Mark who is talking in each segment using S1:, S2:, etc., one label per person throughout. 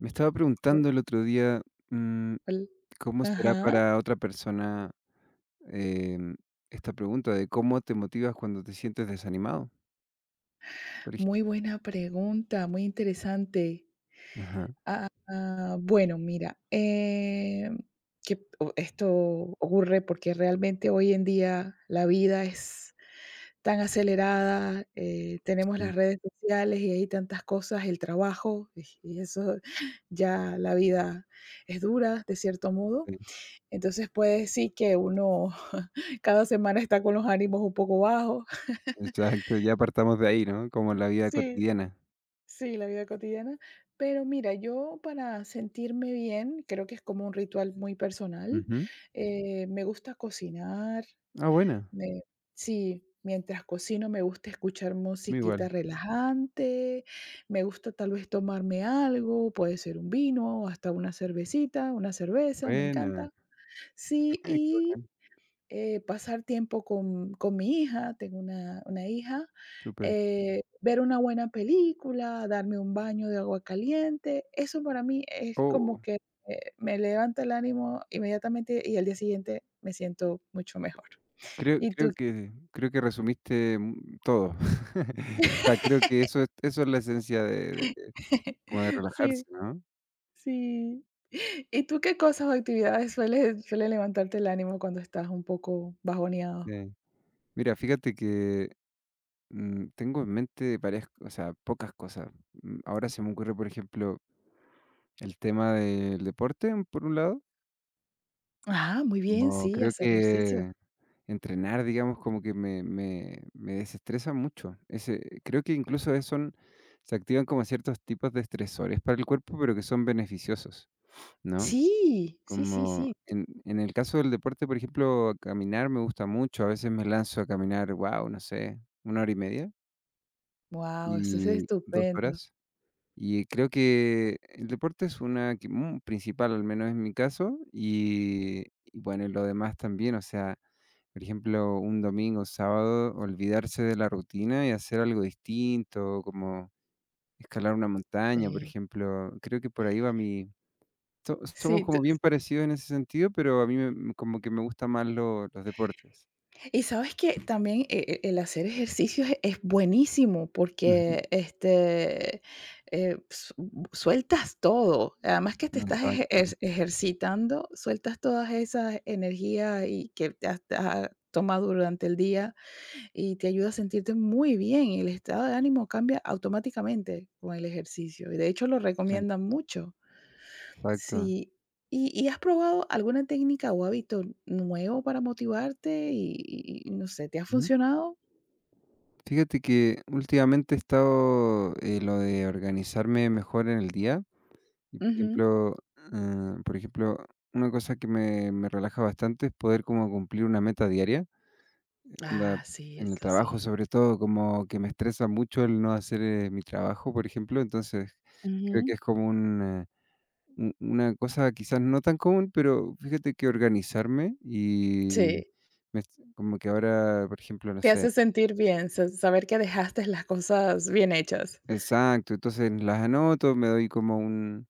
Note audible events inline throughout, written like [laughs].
S1: Me estaba
S2: Por
S1: preguntando el otro día, mm,
S2: el
S1: ¿cómo será
S2: Ajá,
S1: para otra persona em, esta pregunta de cómo te motivas cuando te sientes desanimado? Por
S2: muy
S1: ejemplo.
S2: buena pregunta, muy interesante.
S1: Ajá,
S2: Ah, bueno, mira, que o esto ocurre porque realmente hoy en día la vida es tan acelerada, tenemos las
S1: sí,
S2: redes sociales y hay tantas cosas, el trabajo, y eso [laughs] ya la vida es dura de cierto modo.
S1: sí,
S2: Entonces puede decir que uno [laughs] cada semana está con los ánimos un poco bajos. [laughs]
S1: exacto, ya partamos de ahí, ¿no? Como la vida
S2: Sí.
S1: cotidiana.
S2: Sí, la vida cotidiana. Pero mira, yo para sentirme bien, creo que es como un ritual muy personal.
S1: Ujú.
S2: Me gusta cocinar.
S1: Ah, buena,
S2: Me, sí, mientras cocino me gusta escuchar
S1: a
S2: musiquita
S1: igual.
S2: relajante. Me gusta tal vez tomarme algo, puede ser un vino, hasta una cervecita, una cerveza, me
S1: Buena,
S2: encanta. Sí,
S1: [laughs] qué bacán,
S2: pasar tiempo con mi hija, tengo una hija,
S1: súper.
S2: ver una buena película, darme un baño de agua caliente, eso para mí es como
S1: Oh,
S2: que, me levanta el ánimo inmediatamente y al día siguiente me siento mucho mejor.
S1: creo,
S2: ¿Y
S1: creo
S2: tú?
S1: que, creo que resumiste todo. [laughs] O sea, creo que eso es la esencia
S2: [laughs]
S1: como de relajarse,
S2: Sí,
S1: ¿no?
S2: sí. ¿Y tú qué cosas o actividades suele levantarte el ánimo cuando estás un poco bajoneado?
S1: Sí. Mira, fíjate que tengo en mente varias, o sea, pocas cosas. Ahora se me ocurre, por ejemplo, el tema del deporte, por un lado.
S2: Ah, muy bien,
S1: No,
S2: sí,
S1: creo
S2: hacer ejercicio.
S1: que entrenar, digamos, como que me desestresa mucho. Ese, creo que incluso son, se activan como ciertos tipos de estresores para el cuerpo, pero que son beneficiosos, ¿no?
S2: Sí, sí, sí,
S1: Como
S2: sí.
S1: en el caso del deporte, por ejemplo, caminar me gusta mucho. A veces me lanzo a caminar, wow, no sé, 1 hora y media
S2: Wow, eso es
S1: y dos
S2: estupendo.
S1: horas. Y creo que el deporte es una que principal, al menos en mi caso, y bueno, y lo demás también, o sea, por ejemplo, un domingo, sábado, olvidarse de la rutina y hacer algo distinto, como escalar una montaña, por
S2: Sí.
S1: ejemplo. Creo que por ahí va mi... somos
S2: Sí, tú
S1: como bien parecidos en ese sentido, pero a mí como que me gustan más los deportes.
S2: y sabes que también el hacer ejercicio es buenísimo porque,
S1: Ujú.
S2: este, s sueltas todo. Además que te estás
S1: Exacto,
S2: ejercitando, sueltas todas esas energías y que te has tomado durante el día y te ayuda a sentirte muy bien. El estado de ánimo cambia automáticamente con el ejercicio, y de hecho lo
S1: sí,
S2: recomiendan mucho.
S1: exacto.
S2: Sí. ¿Y has probado alguna técnica o hábito nuevo para motivarte y no sé, te ha funcionado?
S1: Fíjate que últimamente he estado, lo de organizarme mejor en el día y, por
S2: Ujú.
S1: ejemplo, por ejemplo, una cosa que me relaja bastante es poder como cumplir una meta diaria, onda,
S2: Ah, sí,
S1: en el
S2: eso
S1: trabajo,
S2: sí.
S1: sobre todo, como que me estresa mucho el no hacer, mi trabajo, por ejemplo, entonces creo que
S2: Ujú.
S1: es como un una cosa quizás no tan común, pero fíjate que organizarme y
S2: Sí,
S1: me como que ahora, por ejemplo, no
S2: te
S1: sé.
S2: hace sentir bien, sa saber que dejaste las cosas bien hechas.
S1: Exacto, entonces las anoto, me doy como un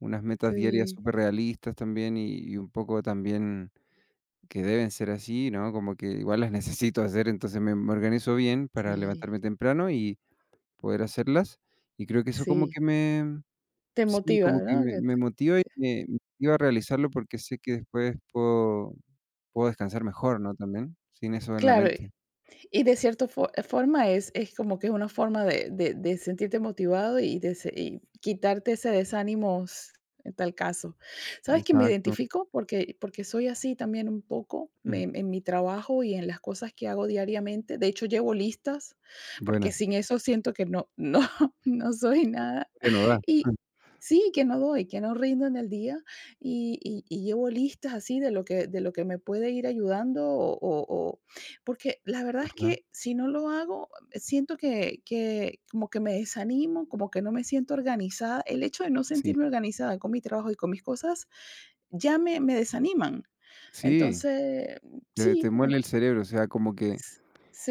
S1: unas metas diarias
S2: Sí,
S1: superrealistas también y un poco también que deben ser así, ¿no? Como que igual las [laughs] necesito hacer, entonces me organizo bien para
S2: sí,
S1: levantarme temprano y poder hacerlas, y creo que eso como
S2: sí,
S1: que me
S2: te
S1: sí,
S2: motiva,
S1: como que
S2: ¿no?
S1: me
S2: Que te
S1: me motiva y me motiva a realizarlo porque sé que después puedo descansar mejor, ¿no? También, sin eso en la
S2: Claro.
S1: mente.
S2: Y de cierta forma es como que es una forma de sentirte motivado y, y quitarte ese desánimo en tal caso. ¿Sabes que me
S1: Exacto.
S2: identifico? Porque soy así también un poco
S1: Ujú.
S2: en mi trabajo y en las cosas que hago diariamente. De hecho, llevo listas, porque
S1: Buena.
S2: sin eso siento que no, no, [laughs] no soy nada.
S1: Buena, va.
S2: Y
S1: [laughs]
S2: sí, que no doy, que no rindo en el día y llevo listas así de lo que me puede ir ayudando o porque la verdad es
S1: Ajá,
S2: que si no lo hago, siento que como que me desanimo, como que no me siento organizada. El hecho de no
S1: sí.
S2: sentirme organizada con mi trabajo y con mis cosas ya me desaniman.
S1: Sí.
S2: Entonces,
S1: Te
S2: sí,
S1: muele
S2: ents
S1: el cerebro, o sea, como que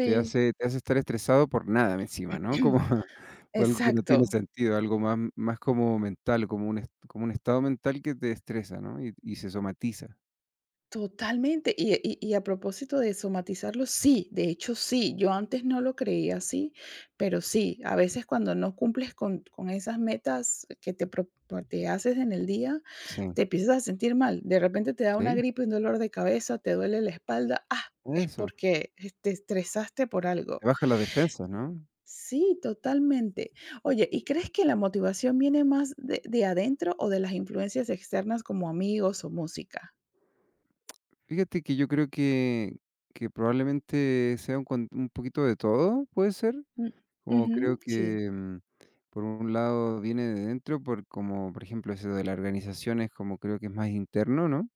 S1: te hace te hace estar estresado por nada encima, ¿no? Como [laughs]
S2: [clears throat]
S1: por algo que no tiene
S2: exacto.
S1: sentido, algo más como mental, como un estado mental que te estresa, ¿no? Y se somatiza.
S2: Totalmente. Y, y a propósito de somatizarlo, sí, de hecho sí, yo antes no lo creía así, pero sí, a veces cuando no cumples con esas metas que te, pues, te haces en el día,
S1: Sí,
S2: te empiezas a sentir mal. De repente te da una
S1: sí,
S2: gripe, un dolor de cabeza, te duele la espalda. Ah, es
S1: eso.
S2: porque te estresaste por algo.
S1: Te baja las defensas, ¿no?
S2: Sí, totalmente. Oye, ¿y crees que la motivación viene más de adentro o de las influencias externas como amigos o música?
S1: Fíjate que yo creo que probablemente sea un con un poquito de todo, ¿puede ser?
S2: Mm,
S1: Como
S2: ujú,
S1: creo
S2: sí.
S1: que, por un lado viene de dentro, por como, por ejemplo, eso de la organización es como creo que es más interno, ¿no?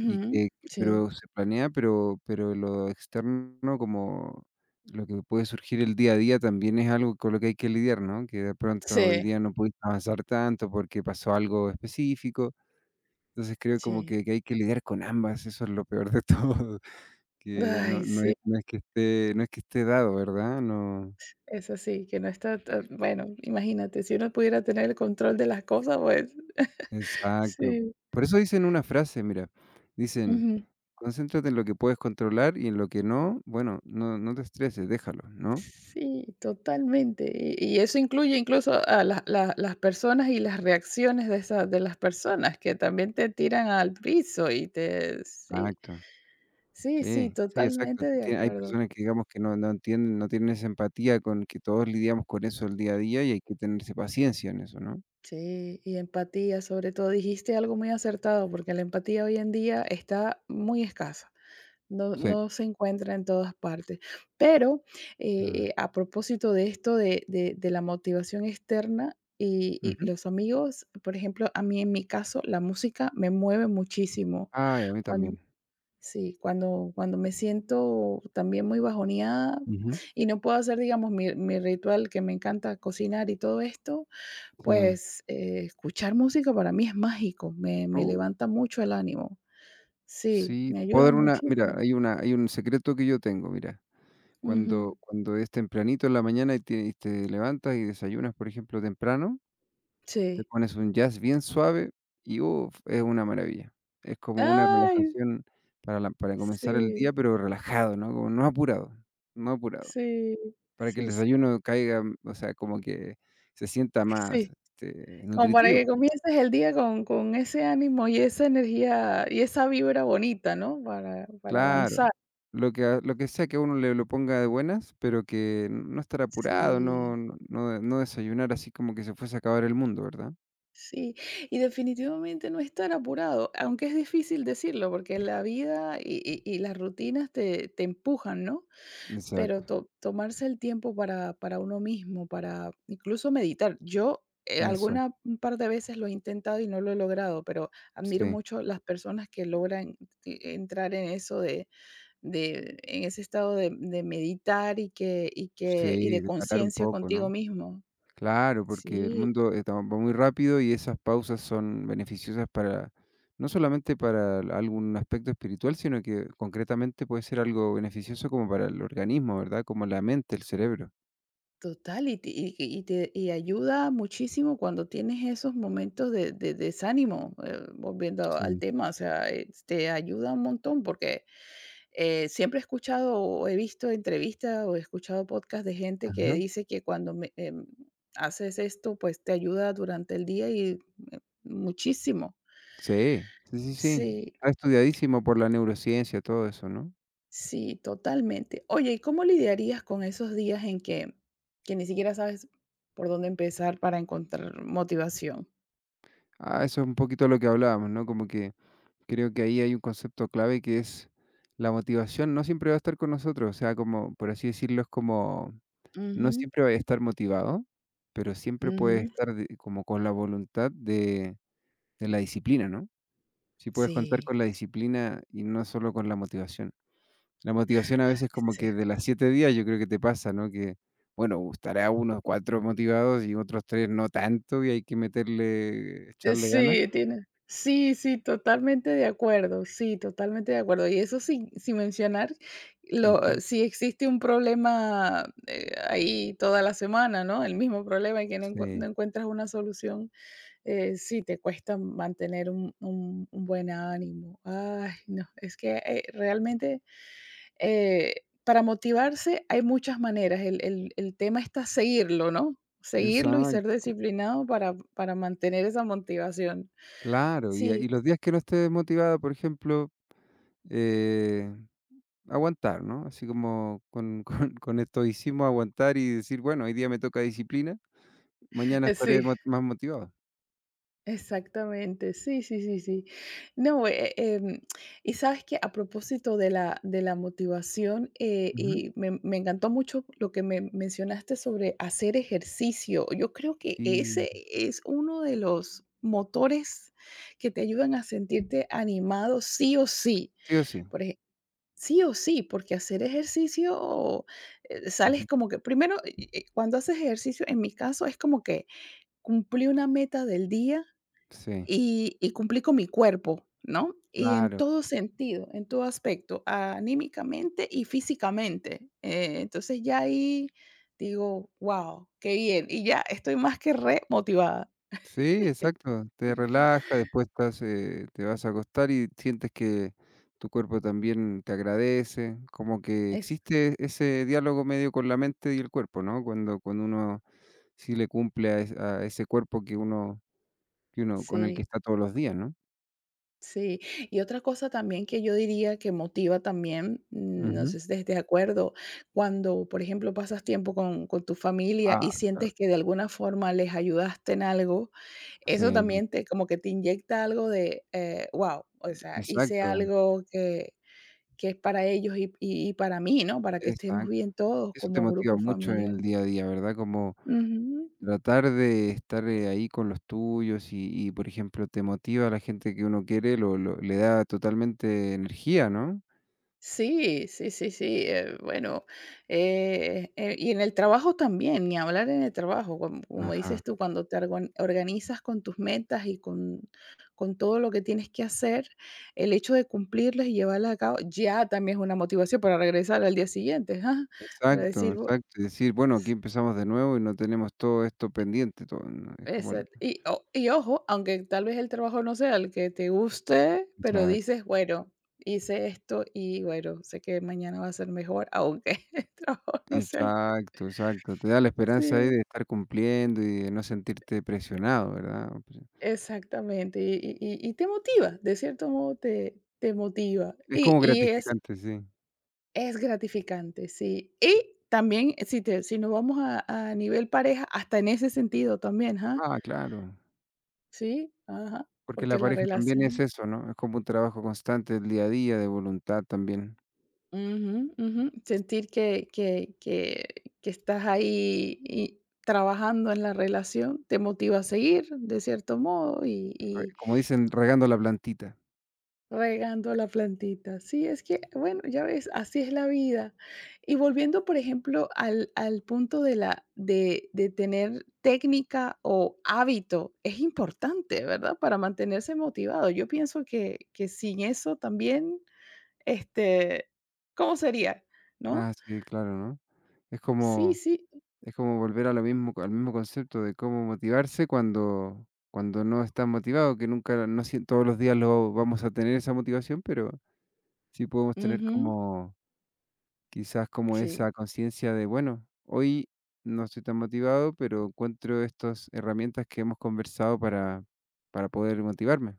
S1: Y que
S2: Sí,
S1: Pero se planea, pero lo externo, como lo que puede surgir el día a día, también es algo con lo que hay que lidiar, ¿no? Que de pronto hoy
S2: sí,
S1: día no pudiste avanzar tanto porque pasó algo específico. Entonces, creo como
S2: sí.
S1: que hay que lidiar con ambas, eso es lo peor de todo, [laughs] que
S2: Ay, sí,
S1: no es que esté dado, ¿verdad? No,
S2: es así que no está ta bueno, imagínate, si uno pudiera tener el control de las cosas, pues
S1: exacto.
S2: sí,
S1: Por eso dicen una frase, mira, dicen:
S2: ujú.
S1: "Concéntrate en lo que puedes controlar y en lo que no, bueno, no te estreses, déjalo", ¿no?
S2: Sí, totalmente. Y eso incluye incluso a las personas y las reacciones de las personas que también te tiran al piso y te sí,
S1: Exacto.
S2: sí, sí,
S1: Sí, sí, exacto.
S2: totalmente
S1: Tú
S2: de
S1: tie Hay
S2: acuerdo.
S1: personas que, digamos, que no entienden, no tienen esa empatía con que todos lidiamos con eso el día a día y hay que tenerse paciencia en eso, ¿no?
S2: Sí, y empatía, sobre todo, dijiste algo muy acertado, porque la empatía hoy en día está muy escasa. No
S1: Sí.
S2: no se encuentra en todas partes. Pero,
S1: Mm,
S2: a propósito de esto de la motivación externa y
S1: ujú.
S2: los amigos, por ejemplo, a mí en mi caso, la música me mueve muchísimo.
S1: Ay, a mí
S2: Cuando
S1: también.
S2: Sí, cuando me siento también muy bajoneada
S1: Ujú.
S2: y no puedo hacer, digamos, mi ritual que me encanta cocinar y todo esto,
S1: Sí.
S2: pues, escuchar música para mí es mágico, me
S1: Oh,
S2: levanta mucho el ánimo. Sí,
S1: sí,
S2: me
S1: te puedo
S2: ayuda
S1: dar una mira,
S2: muchísimo.
S1: hay un secreto que yo tengo, mira.
S2: Ujú.
S1: Cuando es tempranito en la mañana y te levantas y desayunas, por ejemplo, temprano. Te
S2: Sí.
S1: pones un jazz bien suave y, uf, es una maravilla. Es como una
S2: Ay,
S1: relajación para comenzar el día,
S2: sí,
S1: pero relajado, ¿no? Como no apurado, no apurado,
S2: sí,
S1: para que el
S2: sí, sí,
S1: desayuno caiga, o sea, como que se sienta más,
S2: sí.
S1: este,
S2: Como para
S1: nutritivo.
S2: que comiences el día con ese ánimo y esa energía y esa vibra bonita, ¿no? Para
S1: Claro,
S2: avanzar.
S1: lo que a lo que sea que uno le lo ponga de buenas, pero que no estar apurado,
S2: Sí,
S1: no desayunar así como que se fuese a acabar el mundo, ¿verdad?
S2: sí. Y definitivamente no estar apurado, aunque es difícil decirlo, porque la vida y las rutinas te empujan, ¿no?
S1: Exacto,
S2: Pero to tomarse el tiempo para uno mismo, para incluso meditar. Yo,
S1: eso,
S2: alguna un par de veces lo he intentado y no lo he logrado, pero admiro
S1: sí,
S2: mucho las personas que logran entrar en eso de en ese estado de meditar y que y
S1: sí,
S2: de
S1: de parar un
S2: conciencia
S1: poco, ¿no?
S2: contigo mismo.
S1: Claro, porque el
S2: Sí,
S1: mundo va muy rápido y esas pausas son beneficiosas para, no solamente para algún aspecto espiritual, sino que concretamente puede ser algo beneficioso como para el organismo, ¿verdad? Como la mente, el cerebro.
S2: total, y te ayuda muchísimo cuando tienes esos momentos de desánimo, volviendo al
S1: Sí.
S2: tema, o sea, te ayuda un montón porque siempre he escuchado o he visto entrevistas o he escuchado podcast de gente que
S1: Ajá.
S2: dice que cuando haces esto, pues te ayuda durante el día y muchísimo.
S1: Sí, sí, sí, sí.
S2: Sí,
S1: Está estudiadísimo por la neurociencia, todo eso, ¿no?
S2: sí, totalmente. Oye, ¿y cómo lidiarías con esos días en que ni siquiera sabes por dónde empezar para encontrar motivación?
S1: Ah, eso es un poquito lo que hablábamos, ¿no? Como que creo que ahí hay un concepto clave que es la motivación no siempre va a estar con nosotros, o sea, como, por así decirlo, es como. No
S2: Ujú,
S1: siempre vaya a estar motivado, pero siempre puedes
S2: ujú.
S1: estar de como con la voluntad de la disciplina, ¿no? Si puedes contar
S2: Sí,
S1: con la disciplina y no solo con la motivación. La motivación a veces como
S2: sí.
S1: que de las 7 días yo creo que te pasa, ¿no? Que, bueno, estará unos 4 motivados y otros 3 no tanto, y hay que meterle echarle ganas.
S2: Sí, tiene sí, sí, totalmente de acuerdo, sí, totalmente de acuerdo. Y eso sin mencionar lo
S1: Ujú.
S2: si existe un problema, ahí toda la semana, ¿no? El mismo problema y que no
S1: Sí,
S2: encuentras una solución, sí te cuesta mantener un buen ánimo. Ay, no, es que, realmente, para motivarse hay muchas maneras. El tema está seguirlo, ¿no? Seguirlo y
S1: exacto,
S2: ser disciplinado para mantener esa motivación.
S1: claro. Y
S2: Sí,
S1: y los días que no estés motivado, por ejemplo, eh Aguantar, ¿no? Así como con [laughs] con estoicismo aguantar y decir: "Bueno, hoy día me toca disciplina, mañana estaré
S2: sí,
S1: mo más motivado".
S2: exactamente. Sí, sí, sí, sí. No, y sabes que a propósito de la motivación,
S1: Ujú.
S2: y me encantó mucho lo que me mencionaste sobre hacer ejercicio. Yo creo que
S1: Sí,
S2: ese es uno de los motores que te ayudan a sentirte animado sí o sí.
S1: sí o sí.
S2: Por ejemplo, sí o sí, porque hacer ejercicio
S1: Ujú.
S2: sales como que, primero, cuando haces ejercicio, en mi caso, es como que cumplí una meta del día
S1: Sí,
S2: y cumplí con mi cuerpo, ¿no? Y en
S1: claro.
S2: todo sentido, en todo aspecto, anímicamente y físicamente. Entonces, ya ahí digo: "Guau, qué bien". Y ya estoy más que remotivada.
S1: Sí, exacto. Te relaja, después estás, te vas a acostar y sientes que tu cuerpo también te agradece, como que
S2: Es
S1: existe ese diálogo medio con la mente y el cuerpo, ¿no? Cuando cuando uno sí le cumple a ese cuerpo que uno con el que
S2: Sí,
S1: está todos los días, ¿no?
S2: sí. Y otra cosa también que yo diría que motiva también, no
S1: Ujú.
S2: sé si estés de acuerdo, cuando, por ejemplo, pasas tiempo con tu familia
S1: Ah,
S2: y
S1: claro.
S2: sientes que de alguna forma les ayudaste en algo,
S1: Sí,
S2: eso también te como que te inyecta algo de, guau, o sea, hice
S1: exacto,
S2: algo que es para ellos y para mí, ¿no? Para que estemos
S1: exacto.
S2: bien todos
S1: Eso te
S2: como
S1: motiva
S2: grupo
S1: mucho en
S2: familiar.
S1: el día a día, ¿verdad? Como
S2: Ujú.
S1: tratar de estar, ahí con los tuyos y, por ejemplo, te motiva a la gente que uno quiere, lo le da totalmente energía, ¿no?
S2: Sí, sí, sí, sí, bueno, y en el trabajo también, ni hablar en el trabajo, como
S1: Ajá.
S2: dices tú, cuando te organizas con tus metas y con todo lo que tienes que hacer, el hecho de cumplirlas y llevarlas a cabo ya también es una motivación para regresar al día siguiente, [laughs] ajá, para
S1: Exacto,
S2: decir,
S1: exacto. Y decir: "Bueno, aquí empezamos de nuevo y no tenemos todo esto pendiente", todo, ¿no? Es como el.
S2: y ojo, aunque tal vez el trabajo no sea el que te guste, pero
S1: Exacto,
S2: dices, bueno, hice esto y bueno, sé que mañana va a ser mejor, aunque [laughs] el trabajo no sea el.
S1: exacto, exacto. Te da la esperanza ahí
S2: Sí,
S1: de estar cumpliendo y de no sentirte presionado, ¿verdad?
S2: exactamente. Y te motiva, de cierto modo te motiva.
S1: Es
S2: Y
S1: como
S2: y es
S1: gratificante, sí.
S2: es gratificante, sí. Y también, si nos vamos a nivel pareja, hasta en ese sentido también, ajá.
S1: Ah, claro.
S2: Sí, ajá,
S1: Porque
S2: porque
S1: la
S2: la
S1: pareja también es
S2: relación.
S1: eso, ¿no? Es como un trabajo constante, el día a día, de voluntad también.
S2: Ujú, ujú. Sentir que estás ahí y trabajando en la relación te motiva a seguir, de cierto modo, y
S1: Re
S2: y
S1: Como dicen, regando la plantita.
S2: regando la plantita. Sí, es que, bueno, ya ves, así es la vida. Y volviendo, por ejemplo, al punto de la de tener técnica o hábito, es importante, ¿verdad? Para mantenerse motivado. Yo pienso que sin eso también, este, ¿cómo sería? ¿No?
S1: Ah, sí, claro, ¿no? Es
S2: Sí,
S1: como
S2: sí.
S1: es como volver a lo mismo al mismo concepto de cómo motivarse cuando no estás motivado, que nunca, no sien todos los días lo vamos a tener esa motivación, pero sí podemos tener
S2: Ujú,
S1: como, quizás como
S2: sí.
S1: esa conciencia de, bueno, hoy no estoy tan motivado, pero encuentro estas herramientas que hemos conversado para poder motivarme.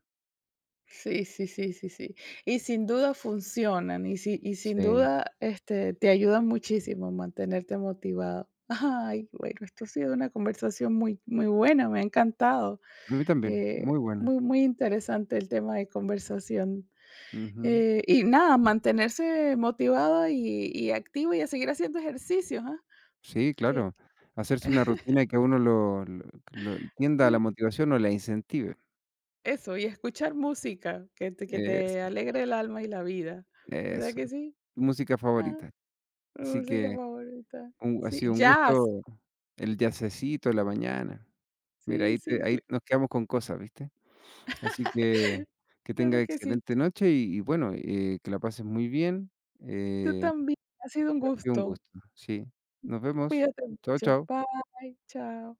S2: Sí, sí, sí, sí, sí. Y sin duda funcionan, y sin
S1: Sí,
S2: duda, este, te ayudan muchísimo a mantenerte motivado. [laughs] Ay, bueno, esto ha sido una conversación muy, muy buena, me ha encantado.
S1: a mí también,
S2: Eh,
S1: muy buena.
S2: Muy, muy interesante el tema de conversación.
S1: Ujú.
S2: Y nada, mantenerse motivado y activo y a seguir haciendo ejercicios, ah,
S1: Sí,
S2: que
S1: claro, hacerse una rutina que a uno lo tienda a la
S2: sí,
S1: motivación o la incentive.
S2: eso, y escuchar música que te
S1: Eso,
S2: alegre el alma y la vida, ¿verdad
S1: eso.
S2: que sí?
S1: Tu música
S2: Ah.
S1: favorita.
S2: Mi
S1: Así
S2: música
S1: que
S2: favorita.
S1: un ha
S2: Sí,
S1: sido un
S2: jazz.
S1: gusto el jazzecito de la mañana. Mira,
S2: Sí, sí,
S1: ahí
S2: cl
S1: nos quedamos con cosas, ¿viste? Así que
S2: [laughs]
S1: que tenga
S2: claro que sí.
S1: excelente noche y bueno, que la pases muy bien.
S2: Tú
S1: Eh,
S2: también. Ha sido un
S1: ha sido un
S2: gusto.
S1: gusto. Sí, nos vemos.
S2: Cuídate
S1: Chao,
S2: mucho.
S1: chao.
S2: Bye, chao.